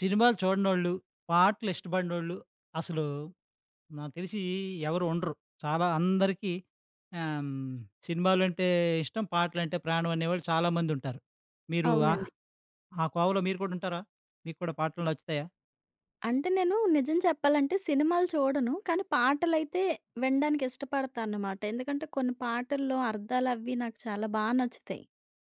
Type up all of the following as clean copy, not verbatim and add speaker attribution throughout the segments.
Speaker 1: సినిమాలు చూడనోళ్ళు, పాటలు ఇష్టపడినోళ్ళు అసలు నాకు తెలిసి ఎవరు ఉండరు. చాలా అందరికీ ఆహ్, హ్మ్, సినిమాలంటే ఇష్టం, పాటలంటే ప్రాణం అనేవాళ్ళు చాలామంది ఉంటారు. మీరు
Speaker 2: అవునండి.
Speaker 1: ఆ కోవలో మీరు కూడా ఉంటారా? మీకు కూడా పాటలు నచ్చుతాయా?
Speaker 2: అంటే నేను నిజం చెప్పాలంటే సినిమాలు చూడను. కానీ పాటలైతే వినడానికి ఇష్టపడతానన్నమాట. ఎందుకంటే కొన్ని పాటల్లో అర్థాలవి నాకు చాలా బా నచ్చుతాయి.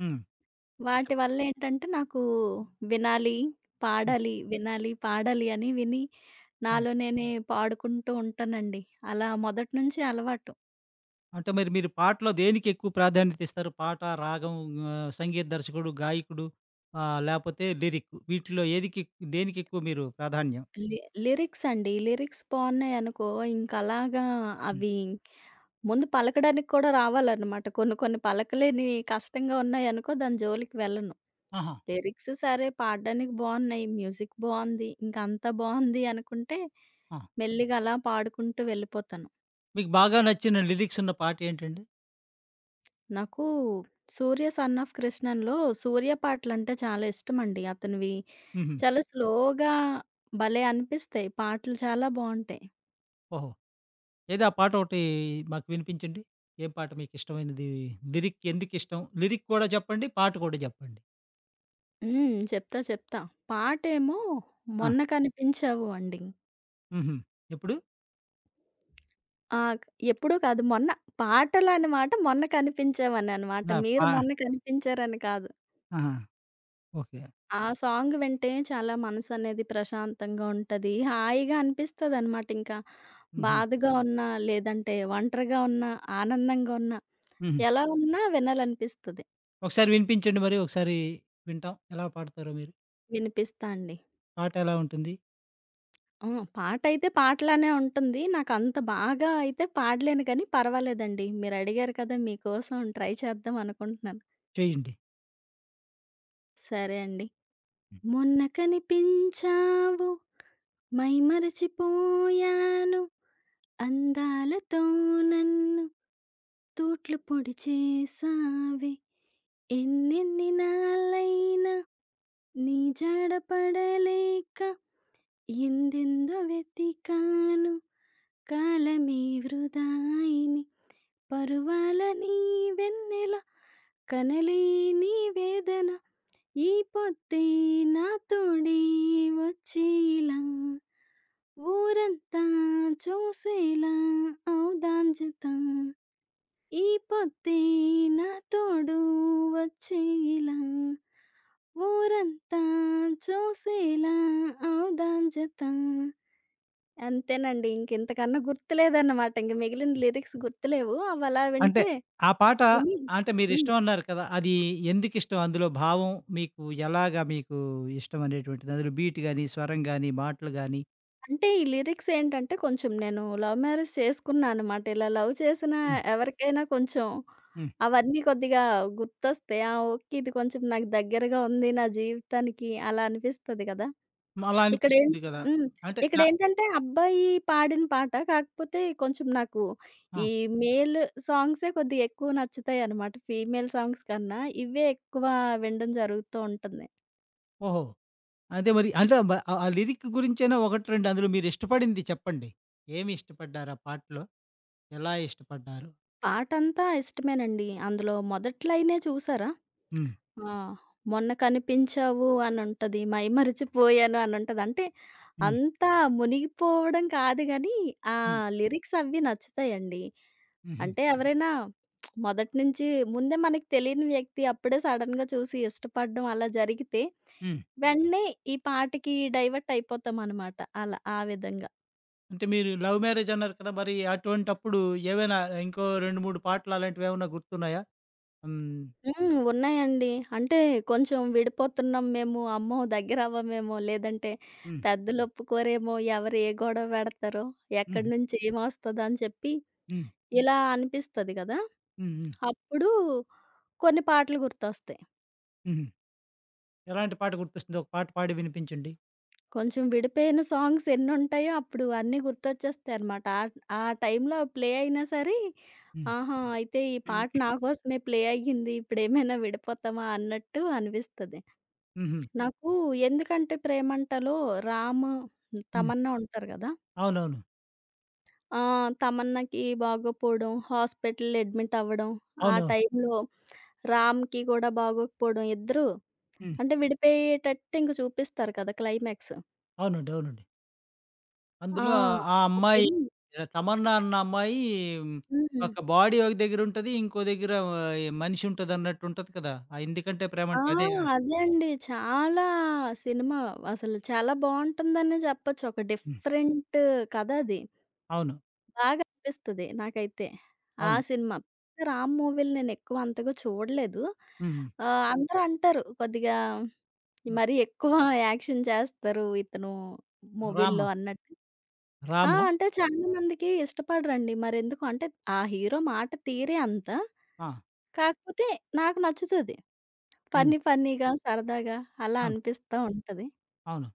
Speaker 1: హ్మ్. అంటే
Speaker 2: వాటి వల్లేంటంటే నాకు వినాలి,
Speaker 1: హ్మ్.
Speaker 2: పాడాలి, వినాలి, పాడాలి అని విని
Speaker 1: ఆ!
Speaker 2: నాలో నేనే పాడుకుంటూ ఉంటానండి. అలా మొదటి నుంచి అలవాటు.
Speaker 1: అంటే మరి మీరు పాటలో దేనికి ఎక్కువ ప్రాధాన్యత ఇస్తారు? పాట, రాగం, సంగీత దర్శకుడు, గాయకుడు, లేపోతే లిరిక్, వీటిలో దేనికి ఎక్కువ మీరు ప్రాధాన్యం?
Speaker 2: లి లిరిక్స్ అండి. లిరిక్స్ బావున్నాయనుకో ఇంక అలాగా
Speaker 1: హ్మ్.
Speaker 2: అవి ముందు పలకడానికి కూడా రావాలన్నమాట. కొన్ని కొన్ని పలకలేని కష్టంగా ఉన్నాయనుకో దాని జోలికి వెళ్ళను.
Speaker 1: ఆహా!
Speaker 2: లిరిక్స్ సరే పాడడానికి బావున్నాయి. మ్యూజిక్ బావుంది. ఇంక అంతా బావుంది అనుకుంటే
Speaker 1: ఆ!
Speaker 2: మెల్లిగా అలా పాడుకుంటూ వెళ్ళిపోతాను.
Speaker 1: మీకు బాగా నచ్చిన లిరిక్స్ ఉన్న పాట ఏంటండి?
Speaker 2: నాకు 'సూర్య సన్ ఆఫ్ కృష్ణన్‌లో' సూర్య పాటలంటే చాలా ఇష్టమండి. అతనివి
Speaker 1: హుహు.
Speaker 2: చాలా స్లోగా భలే అనిపిస్తాయి. పాటలు చాలా బావుంటాయి.
Speaker 1: ఓహో! ఏదో ఆ పాటొకటి మాకు వినిపించండి. ఏ పాట మీకిష్టమైనది? లిరిక్ ఎందుకిష్టం? లిరిక్ కూడా చెప్పండి. పాట కూడా చెప్పండి.
Speaker 2: హ్మ్. చెప్తా చెప్తా. పాటేమో
Speaker 1: ఆ!
Speaker 2: 'మొన్న కనిపించావు' అండి.
Speaker 1: హుహు. ఎప్పుడు?
Speaker 2: ఆ! ఎప్పుడో కాదు మొన్న. పాటలనే మాట మొన్న కనిపించావననమాట.
Speaker 1: ఆ!
Speaker 2: మీరు మొన్న కనిపించారని కాదు.
Speaker 1: ఆహా! ఓకే.
Speaker 2: ఆ సాంగ్ వింటే చాలా మనసనేది ప్రశాంతంగా ఉంటది. హాయిగా అనిపిస్తదనమాట ఇంకా.
Speaker 1: హుహు.
Speaker 2: బాధగా ఉన్నా, లేదంటే ఒంటరిగా ఉన్నా, ఆనందంగా ఉన్నా,
Speaker 1: హుహు.
Speaker 2: ఎలా ఉన్నా వినాలనిపిస్తది.
Speaker 1: ఒకసారి వినిపించండి మరి. ఒకసారి వింటాం. ఎలా పాడతారో మీరు?
Speaker 2: వినిపిస్తా అండి.
Speaker 1: పాట ఎలా ఉంటుంది?
Speaker 2: ఆ! పాటయితే పాటలానే ఉంటుంది. నాకంత బాగా అయితే పాడలేను కానీ పర్వాలేదండి. మీరడిగారు కదా! మీకోసం ట్రై చేద్దాం అనుకుంటున్నాను.
Speaker 1: చేయండి.
Speaker 2: సరే అండి.
Speaker 1: హ్మ్.
Speaker 2: మొన్న కనిపించావు మైమరచిపోయాను అందాలతో నన్ను తూట్లు పొడి చేసావే ఎన్నెన్ని నాళ్ళైనా నీ జాడ పడలేక ఎందెందో వెతికాను కాలమే వృధాయిని పరువాల నీ వెన్నెల కనలే నీ వేదన ఈ పొద్దే నాతోడే వచ్చేలా, ఊరంతా చూసేలా అవుదాం జతం. ఈ పొద్దే నాతోడు వచ్చేలా, ఊరంతా చూసేలా అవుదాం జతం. అంతేనండి. ఇంకింతకన్నా గుర్తులేదన్నమాట. ఇంక మిగిలిన లిరిక్స్ గుర్తులేవు. అవలా
Speaker 1: అంటే
Speaker 2: వింటే
Speaker 1: ఆ పాట,
Speaker 2: విని
Speaker 1: అంటే
Speaker 2: హ్మ్.
Speaker 1: మీరిష్టం అన్నారు కదా! అది ఎందుకిష్టం? అందులో భావం మీకు ఎలాగా, మీకు ఇష్టం అనేటువంటిది? అందులో బీట్ గాని, స్వరం గాని, మాటలు గాని?
Speaker 2: అంటే ఈ లిరిక్స్ ఏంటంటే కొంచెం నేను లవ్ మ్యారేజ్ చేసుకున్నా అనమాట. ఇలా లవ్ చేసినా
Speaker 1: హ్మ్.
Speaker 2: ఎవరికైనా కొంచెం
Speaker 1: హ్మ్.
Speaker 2: అవన్నీ కొద్దిగా గుర్తొస్తాయి. ఆ! ఓకే. ఇది కొంచెం నాకు దగ్గరగా ఉంది నా జీవితానికి అలా అనిపిస్తది కదా!
Speaker 1: అలా
Speaker 2: ఇక్కడేం
Speaker 1: అనిపిస్తుంది కదా!
Speaker 2: హ్మ్.
Speaker 1: అంటే న
Speaker 2: ఇక్కడేంటంటే అబ్బాయి పాడిన పాట. కాకపోతే కొంచెం నాకు
Speaker 1: ఆ!
Speaker 2: ఈ మేల్ సాంగ్సే కొద్దిగా ఎక్కువ నచ్చుతాయనమాట. ఫీమేల్ సాంగ్స్ కన్నా ఇవే ఎక్కువ వినడం జరుగుతూ ఉంటుంది.
Speaker 1: ఓహో! అదే మరి, అంటే మ ఆ ఆ లిరిక్ గురించైనా 1, 2 అందులో మీరిష్టపడింది చెప్పండి. ఏమి ఇష్టపడ్డారు ఆ పాటలో? ఎలా ఇష్టపడ్డారు?
Speaker 2: పాటంతా ఇష్టమేనండి. అందులో మొదటి లైనే చూసారా?
Speaker 1: హ్మ్.
Speaker 2: ఆ! మొన్న కనిపించావు అనుంటది. మైమరిచిపోయాను అనుంటది. అంటే
Speaker 1: హ్మ్.
Speaker 2: అంత మునిగిపోవడం కాదు గానీ, ఆ
Speaker 1: హ్మ్.
Speaker 2: లిరిక్స్ అవి నచ్చుతాయండి.
Speaker 1: హుహు.
Speaker 2: అంటే ఎవరైనా మొదటి నుంచి ముందే మనకి తెలియని వ్యక్తి అప్పుడే సడెన్‌గా చూసి ఇష్టపడడం అలా జరిగితే,
Speaker 1: హ్మ్.
Speaker 2: వెంటనే ఈ పాటకి డైవర్ట్ అయిపోతామనమాట. అలా ఆ విధంగా.
Speaker 1: అంటే మీరు లవ్ మ్యారేజ్ అన్నారు కదా! మరి అటువంటప్పుడు ఏవైనా ఇంకో 2, 3 పాటలు అలాంటివేమన్నా గుర్తున్నాయా? హ్మ్.
Speaker 2: హ్మ్. ఉన్నాయండి. అంటే కొంచెం విడిపోతున్నాం మేము, అమ్మో! దగ్గరవ్వమేమో, లేదంటే
Speaker 1: హ్మ్.
Speaker 2: పెద్దలు ఒప్పుకోరేమో, ఎవరు ఏ గొడవ పెడతారో, ఎక్కడి
Speaker 1: హుహు.
Speaker 2: నుంచి ఏమొస్తదని చెప్పి
Speaker 1: హ్మ్.
Speaker 2: ఇలా అనిపిస్తది గదా!
Speaker 1: హ్మ్. హ్మ్.
Speaker 2: అప్పుడు కొన్ని పాటలు గుర్తొస్తాయి.
Speaker 1: హుహు. ఎలాంటి పాట గుర్తొస్తుంది? ఒక పాట పాడి వినిపించండి.
Speaker 2: కొంచెం విడిపోయిన సాంగ్స్ ఎన్నుంటాయో అప్పుడు అన్నీ గుర్తొచ్చేస్తాయన్నమాట. ఆ ఆ టైంలో ప్లే అయినా సరే
Speaker 1: హ్మ్.
Speaker 2: ఆహా! అయితే ఈ పాట నా కోసమే ప్లే అయ్యింది. ఇప్పుడేమైనా విడిపోతామా అన్నట్టు అనిపిస్తది.
Speaker 1: హుహు.
Speaker 2: నాకు 'ఎందుకంటే ప్రేమంట'లో రాము,
Speaker 1: హ్మ్.
Speaker 2: తమన్నా ఉంటారు గదా!
Speaker 1: అవునవును.
Speaker 2: ఆ! తమన్నాకి బాగోకపోవడం, హాస్పిటల్‌లో అడ్మిట్ అవ్వడం, ఆ
Speaker 1: అవునవును.
Speaker 2: టైంలో రామ్‌కి కూడా బాగోకపోవడం ఇద్దరు
Speaker 1: హ్మ్.
Speaker 2: అంటే విడిపోయేటట్టు ఇంక చూపిస్తారు కదా! క్లైమాక్స్.
Speaker 1: అవునండి. అవునండి.
Speaker 2: ఆ!
Speaker 1: అందులో ఆ అమ్మాయి,
Speaker 2: అప్పుడు
Speaker 1: తమన్నా అన్న అమ్మాయి, మ్,
Speaker 2: హ్మ్.
Speaker 1: ఒక బాడీ ఒక దగ్గర ఉంటది. ఇంకో దగ్గర ఆ, మనిషి ఉంటదన్నట్టు ఉంటది కదా! ఆ 'ఎందుకంటే ప్రేమ'
Speaker 2: ఆ!
Speaker 1: అంటే అదే.
Speaker 2: అదే అండి. చాలా సినిమా అసలు చాలా బావుంటుందనే చెప్పొచ్చు. ఒక
Speaker 1: హ్మ్.
Speaker 2: డిఫరెంట్ కథ అది.
Speaker 1: అవును.
Speaker 2: బాగా అనిపిస్తది నాకైతే. ఆ
Speaker 1: అవును.
Speaker 2: సినిమా. రామ్ మూవీలు నేను ఎక్కువ అంతగా చూడలేదు.
Speaker 1: హ్మ్.
Speaker 2: అందరూ అంటారు కొద్దిగా
Speaker 1: హ్మ్.
Speaker 2: మరీ ఎక్కువ యాక్షన్ చేస్తారు ఇతను మూవీల్లో
Speaker 1: 'రామ'
Speaker 2: అన్నట్టు. ఆ!
Speaker 1: 'రామ'
Speaker 2: అంటే చాలా మందికి ఇష్టపడరండి. మరెందుకో అంటే ఆ హీరో మాట తీరే అంత.
Speaker 1: ఆ!
Speaker 2: కాకపోతే నాకు నచ్చుతది.
Speaker 1: హ్మ్.
Speaker 2: ఫన్నీ ఫన్నీగా, సరదాగా అలా
Speaker 1: అవును.
Speaker 2: అనిపిస్తా ఉంటది.
Speaker 1: అవును.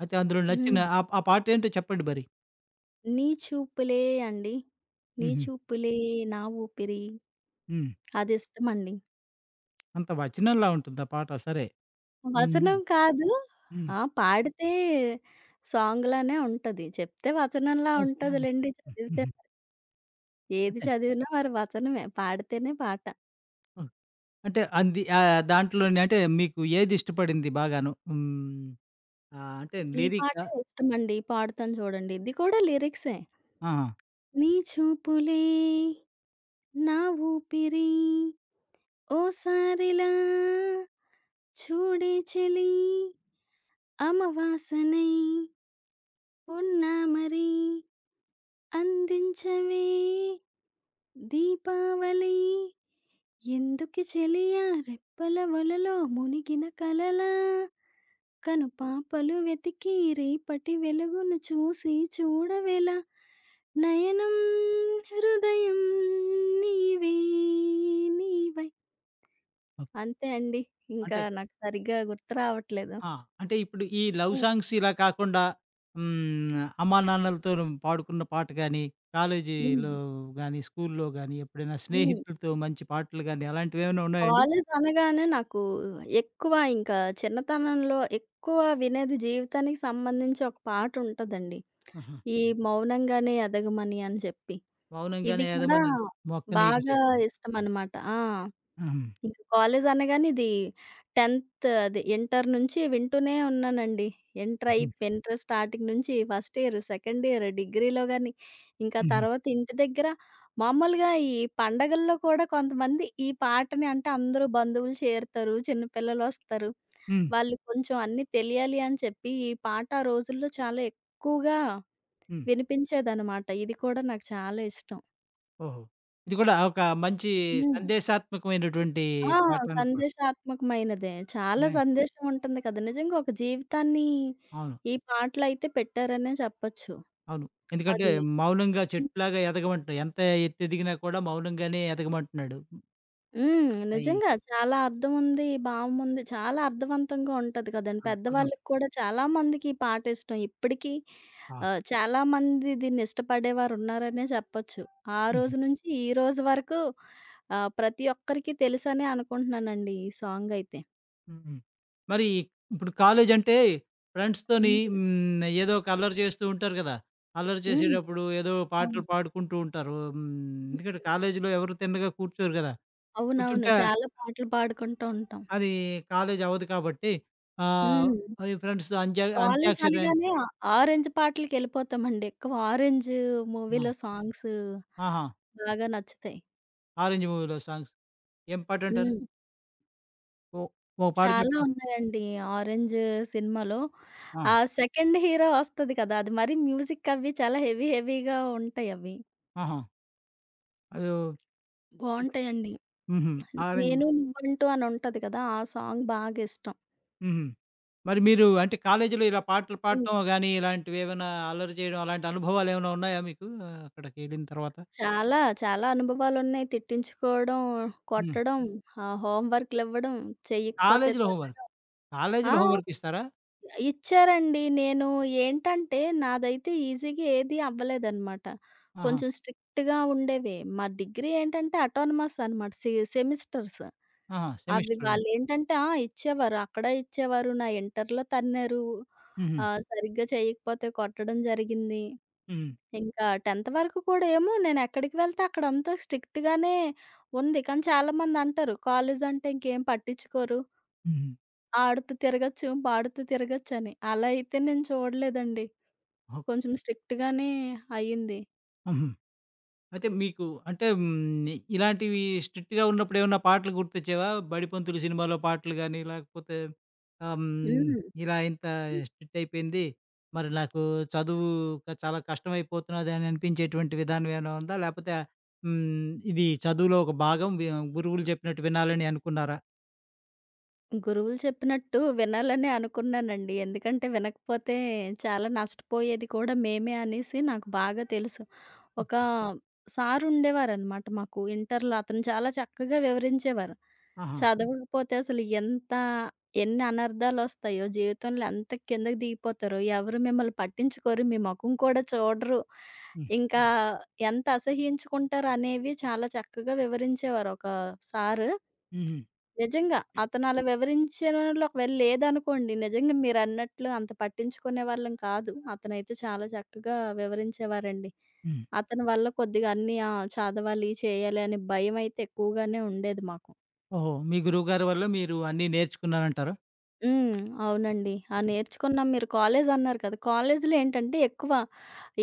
Speaker 1: అయితే అందులో నచ్చిన
Speaker 2: హ్మ్.
Speaker 1: ఆ ఆ పాటేంటో చెప్పండి మరి?
Speaker 2: నీ చూపులే అండి. నీ
Speaker 1: హుహు.
Speaker 2: చూపులే నా ఊపిరి
Speaker 1: హ్మ్.
Speaker 2: అదిష్టమండి.
Speaker 1: అంత వచనంలా ఉంటుందా పాట? సరే. హ్మ్.
Speaker 2: వచనం కాదు.
Speaker 1: హ్మ్.
Speaker 2: ఆ! పాడితే సాంగ్‌లానే ఉంటది. చెప్తే వచనంలా
Speaker 1: ఓకే. హ్మ్.
Speaker 2: ఉంటదిలెండి చదివితే.
Speaker 1: హుహు.
Speaker 2: ఏది
Speaker 1: అంటే
Speaker 2: చదివినా మరి వచనమే. పాడితేనే పాట.
Speaker 1: ఓహ్! అంటే అంది దాంట్లోనే అంటే మీకు ఏది ఇష్టపడింది బాగాను? హ్మ్. ఆ! అంటే
Speaker 2: ఈ
Speaker 1: లిరికా?
Speaker 2: పాటే ఇష్టమండి. పాడుతాను చూడండి. ఇది కూడా లిరిక్సే.
Speaker 1: ఆహా!
Speaker 2: నీ చూపులే నా ఊపిరి ఓసారిలా చూడే చలి అమవాసనై ఉన్నా మరి అందించవే దీపావళి ఎందుకు చెలియా రెప్పల వలలో మునిగిన కలలా కను పాపలు వెతికి రేపటి వెలుగును చూసి చూడవెలా నయనం హృదయం నీవే నీవై
Speaker 1: ఓకే.
Speaker 2: అంతే అండి. ఇంకా
Speaker 1: అంటే
Speaker 2: నాకు సరిగ్గా గుర్తు రావట్లేదు.
Speaker 1: ఆ! అంటే ఇప్పుడు ఈ లవ్
Speaker 2: హ్మ్.
Speaker 1: సాంగ్స్ ఇలా కాకుండా హ్మ్. అమ్మా నాన్నలతో పాడుకున్న పాట గాని, కాలేజీలో
Speaker 2: హ్మ్.
Speaker 1: గాని, స్కూల్‌లో గాని ఎప్పుడైనా
Speaker 2: హ్మ్.
Speaker 1: స్నేహితులతో మంచి పాటలు గాని అలాంటివి ఏమైనా ఉన్నాయండి?
Speaker 2: కాలేజ్ అనగానే నాకు ఎక్కువ ఇంకా చిన్నతనంలో ఎక్కువ వినేది జీవితానికి సంబంధించి ఒక పాటుంటదండి.
Speaker 1: ఆహా!
Speaker 2: ఈ 'మౌనంగానే ఎదగమని' అని చెప్పి.
Speaker 1: మౌనంగానే
Speaker 2: ఇది కూడా
Speaker 1: ఎదమని మొక్క నీకు
Speaker 2: బాగా
Speaker 1: చెప్పింది.
Speaker 2: ఇష్టమనమాట. ఆ!
Speaker 1: హుహు.
Speaker 2: ఇంక కాలేజ్ అనగానే ఇది 10th అది ఇంటర్ నుంచి వింటూనే ఉన్నానండి. ఇంటర్ అయి ఇంటర్ స్టార్టింగ్ నుంచి ఫస్ట్ ఇయర్, సెకండ్ ఇయర్, డిగ్రీలో గాని, ఇంకా
Speaker 1: హుహు.
Speaker 2: తర్వాత ఇంటి దగ్గర మామూలుగా ఈ పండగల్లో కూడా కొంతమంది ఈ పాటని అంటే అందరూ బంధువులు చేరుతారు. చిన్న పిల్లలొస్తారు.
Speaker 1: హ్మ్.
Speaker 2: వాళ్ళు కొంచెం అన్నీ తెలియాలి అని చెప్పి ఈ పాట ఆ రోజుల్లో చాలా ఎక్కువగా
Speaker 1: హ్మ్.
Speaker 2: వినిపించేదనమాట. ఇది కూడా నాకు చాలా ఇష్టం.
Speaker 1: ఓహో! ఇది కూడా ఒక మంచి సందేశాత్మకమైనటువంటి
Speaker 2: ఆ!
Speaker 1: పాట అనుకోండి.
Speaker 2: సందేశాత్మకమైనదే. చాలా సందేశం ఉంటుంది కదా! నిజంగా ఒక జీవితాన్ని
Speaker 1: అవును.
Speaker 2: ఈ పాటలైతే పెట్టారనే చెప్పొచ్చు.
Speaker 1: అవును. ఎందుకంటే
Speaker 2: అది.
Speaker 1: మౌనంగా చెట్టులాగా ఎదగమంటున్నాడు. ఎంత ఎత్తు ఎదిగినా కూడా మౌనంగానే ఎదగమంటున్నాడు.
Speaker 2: హ్మ్.
Speaker 1: అయి
Speaker 2: నిజంగా చాలా అర్థం ఉంది, భావం ఉంది. చాలా అర్థవంతంగా ఉంటది కదండీ.
Speaker 1: ఆ! అర్థం.
Speaker 2: పెద్దవాళ్ళకి కూడా చాలా మందికి ఈ పాట ఇష్టం. ఇప్పటికీ
Speaker 1: ఆ!
Speaker 2: చాలా మంది దీన్ని ఇష్టపడేవారున్నారనే చెప్పొచ్చు. ఆ
Speaker 1: హుహు.
Speaker 2: రోజు నుంచి ఈ రోజు వరకు ప్రతి ఒక్కరికి తెలుసనే అనుకుంటున్నానండి ఈ సాంగయితే.
Speaker 1: హుహు. మరి ఇప్పుడు కాలేజ్ అంటే ఫ్రెండ్స్‌తోని,
Speaker 2: హ్మ్.
Speaker 1: హ్మ్, ఏదో ఒక అల్లరి చేస్తూ ఉంటారు కదా! అల్లరి
Speaker 2: హ్మ్.
Speaker 1: చేసేటప్పుడు ఏదో
Speaker 2: అవును.
Speaker 1: పాటలు పాడుకుంటూ ఉంటారు. హ్మ్. ఎందుకంటే కాలేజీలో ఎవరు తిన్నగా కూర్చోరు కదా!
Speaker 2: అవునవును.
Speaker 1: కూర్చుంటే
Speaker 2: చాలా పాటలు పాడుకుంటూ ఉంటాం.
Speaker 1: అది కాలేజ్ అవ్వదు కాబట్టి, ఆహ్,
Speaker 2: హ్మ్.
Speaker 1: ఈ ఫ్రెండ్స్‌తో
Speaker 2: కాలేజ్
Speaker 1: అంత్యాక్షరి.
Speaker 2: అనగానే ఆ ఆరెంజ్ పాటలకెళ్ళిపోతామండి. ఎక్కువ ఆరెంజ్
Speaker 1: ఆ!
Speaker 2: మూవీలో సాంగ్స్
Speaker 1: ఆహా!
Speaker 2: బాగా నచ్చుతాయి.
Speaker 1: 'ఆరెంజ్' మూవీలో సాంగ్స్. ఏం పాటంటారు?
Speaker 2: హ్మ్.
Speaker 1: ఓ ఓ పాట
Speaker 2: చాలా
Speaker 1: చెప్పండి.
Speaker 2: ఉన్నాయండి. 'ఆరెంజ్' సినిమాలో
Speaker 1: ఆ!
Speaker 2: ఆ సెకండ్ హీరో వస్తది కదా! అది మరి మ్యూజిక్ అవి చాలా హెవీ హెవీగా ఉంటాయి అవి.
Speaker 1: ఆహా! అదో, అంటే
Speaker 2: బావుంటాయండి.
Speaker 1: హుహు. ఆరెంజ్.
Speaker 2: 'నేను నువ్వంటూ' అని ఉంటది కదా! ఆ సాంగ్ బాగా ఇష్టం.
Speaker 1: హుహు. మరి మీరు అంటే కాలేజీలో ఇలా పాటలు
Speaker 2: హ్మ్.
Speaker 1: పాడటం గానీ, ఇలాంటివేవైనా అల్లరి చేయడం, అలాంటి అనుభవాలేమైనా ఉన్నాయా మీకు అక్కడికెళ్ళిన తర్వాత?
Speaker 2: చాలా, చాలా అనుభవాలున్నాయి. తిట్టించుకోవడం,
Speaker 1: హ్మ్.
Speaker 2: కొట్టడం, హోమ్ వర్క్‌లివ్వడం, చెయ్యకపోతే
Speaker 1: కాలేజీలో హోంవర్క్.
Speaker 2: తిట్టడం. ఆ!
Speaker 1: కాలేజీలో హోంవర్క్ ఇస్తారా?
Speaker 2: ఇచ్చారండి. నేను ఏంటంటే, నాదైతే ఈజీగా ఏది అవ్వలేదనమాట.
Speaker 1: ఆహా!
Speaker 2: కొంచెం స్ట్రిక్ట్‌గా ఉండేవి. మా డిగ్రీ ఏంటంటే అటానమస్ అనమాట. సెమిస్టర్స్.
Speaker 1: ఆహా!
Speaker 2: అవి
Speaker 1: సెమిస్టర్ వైస్.
Speaker 2: వాళ్ళేంటంటే ఆ! ఇచ్చేవారు. అక్కడ ఇచ్చేవారు. నా ఇంటర్‌లో తన్నారు.
Speaker 1: హుహు.
Speaker 2: సరిగ్గా చేయకపోతే కొట్టడం జరిగింది.
Speaker 1: హ్మ్.
Speaker 2: ఇంకా 10th వరకు కూడా ఏమో నేనెక్కడికి వెళ్తే అక్కడంతా స్ట్రిక్ట్‌గానే ఉంది. కానీ చాలామందంటారు, "కాలేజంటే ఇంకేం పట్టించుకోరు.
Speaker 1: హుహు.
Speaker 2: ఆడుతూ తిరగచ్చు, పాడుతూ తిరగచ్చని." అలా అయితే నేను చూడలేదండి.
Speaker 1: ఓహ్!
Speaker 2: కొంచెం స్ట్రిక్ట్‌గానే అయ్యింది.
Speaker 1: హుహు. అయితే మీకు అంటే ఇలాంటివి స్ట్రిక్ట్‌గా ఉన్నప్పుడు ఏమన్నా పాటలు గుర్తొచ్చేవా? 'బడిపంతులు' సినిమాలో పాటలు గాని, లేకపోతే ఆహ్, హ్మ్,
Speaker 2: హ్మ్.
Speaker 1: ఇలా ఇంత స్ట్రిక్ట్ అయిపోయింది. మరి నాకు చదువు చాలా కష్టమైపోతున్నది అని అనిపించేటువంటి విధానం ఏమైనా ఉందా? లేకపోతే ఇది చదువులో ఒక భాగం, గురువులు చెప్పినట్టు వినాలని అనుకున్నారా?
Speaker 2: గురువులు చెప్పినట్టు వినాలనే అనుకున్నానండి. ఎందుకంటే వినకపోతే చాలా నష్టపోయేది కూడా మేమే అనేసి నాకు బాగా తెలుసు. ఒక
Speaker 1: ఓకే.
Speaker 2: సారుండేవారనమాట మాకు ఇంటర్‌లో. అతను చాలా చక్కగా వివరించేవారు. హ్మ్.
Speaker 1: ఆహా!
Speaker 2: చదవకపోతే అసలు ఎంత ఎన్ని అనర్థాలొస్తాయో, జీవితంలో ఎంత కిందకి దిగిపోతారో, ఎవరు మిమ్మల్ని పట్టించుకోరు, మీ మొఖం కూడా చూడరు.
Speaker 1: హ్మ్.
Speaker 2: ఇంకా హ్మ్. ఎంత అసహ్యించుకుంటారు అనేవి చాలా చక్కగా వివరించేవారు ఒక సారు.
Speaker 1: హుహు.
Speaker 2: నిజంగా. అతనలా వివరించడంలోకి వెళ్ళలేదనుకోండి, నిజంగా మీరన్నట్లు అంత పట్టించుకునే వాళ్ళం కాదు. అతనైతే చాలా చక్కగా వివరించేవారండి.
Speaker 1: హ్మ్.
Speaker 2: అతని వల్ల కొద్దిగా అన్నీ ఆ! చదవాలి, చేయాలి అనే భయమైతే ఎక్కువగానే ఉండేది మాకు.
Speaker 1: ఓహో! మీ గురువుగారి వల్ల మీరు అన్నీ నేర్చుకున్నారంటారా?
Speaker 2: హ్మ్. అవునండి. ఆ! నేర్చుకున్నాం. మీరు కాలేజ్ అన్నారు కదా! కాలేజీలో ఏంటంటే ఎక్కువ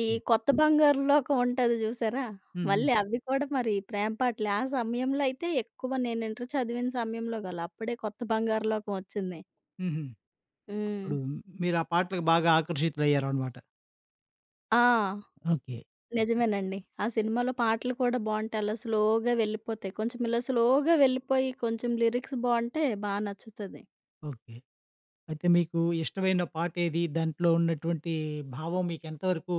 Speaker 2: ఈ
Speaker 1: హ్మ్.
Speaker 2: కొత్త బంగారు లోకం ఉంటది చూసారా?
Speaker 1: హ్మ్. హ్మ్.
Speaker 2: మళ్ళీ అవి కూడా మరి ప్రేమ పాటలే. ఆ సమయంలో అయితే ఎక్కువ నేను ఇంటర్ చదివిన సమయంలో గాదు. అప్పుడే కొత్త బంగారు లోకం ఒచ్చింది.
Speaker 1: హుహు.
Speaker 2: హ్మ్.
Speaker 1: అప్పుడు మీరు ఆ పాటలకు బాగా ఆకర్షితులయ్యారనమాట.
Speaker 2: ఆ!
Speaker 1: ఓకే.
Speaker 2: నిజమేనండి. ఆ
Speaker 1: అయితే
Speaker 2: సినిమాలో పాటలు కూడా బావుంటాయి. అలా స్లోగా వెళ్ళిపోతాయి. కొంచెం ఇలా స్లోగా వెళ్ళిపోయి కొంచెం లిరిక్స్ బావుంటే బా నచ్చుతది.
Speaker 1: ఓకే. అయితే మీకు ఇష్టమైన పాటేది? దాంట్లో ఉన్నటువంటి భావం మీకెంత వరకు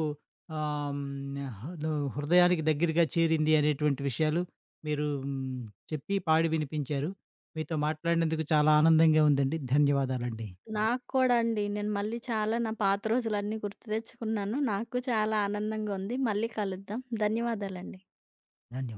Speaker 1: ఆహ్, హ్మ్. హృదయానికి దగ్గరగా చేరింది అనేటువంటి విషయాలు మీరు హ్మ్. చెప్పి, పాడి వినిపించారు. మీతో మాట్లాడినందుకు చాలా ఆనందంగా ఉందండి. ధన్యవాదాలండి.
Speaker 2: హ్మ్. నాకు కూడా అండి. నేను మళ్ళీ చాలా నా పాత రోజులన్నీ గుర్తు తెచ్చుకున్నాను. నాకు చాలా ఆనందంగా ఉంది. మళ్ళీ కలుద్దాం. ధన్యవాదాలండి.
Speaker 1: ధన్యవాదాలు.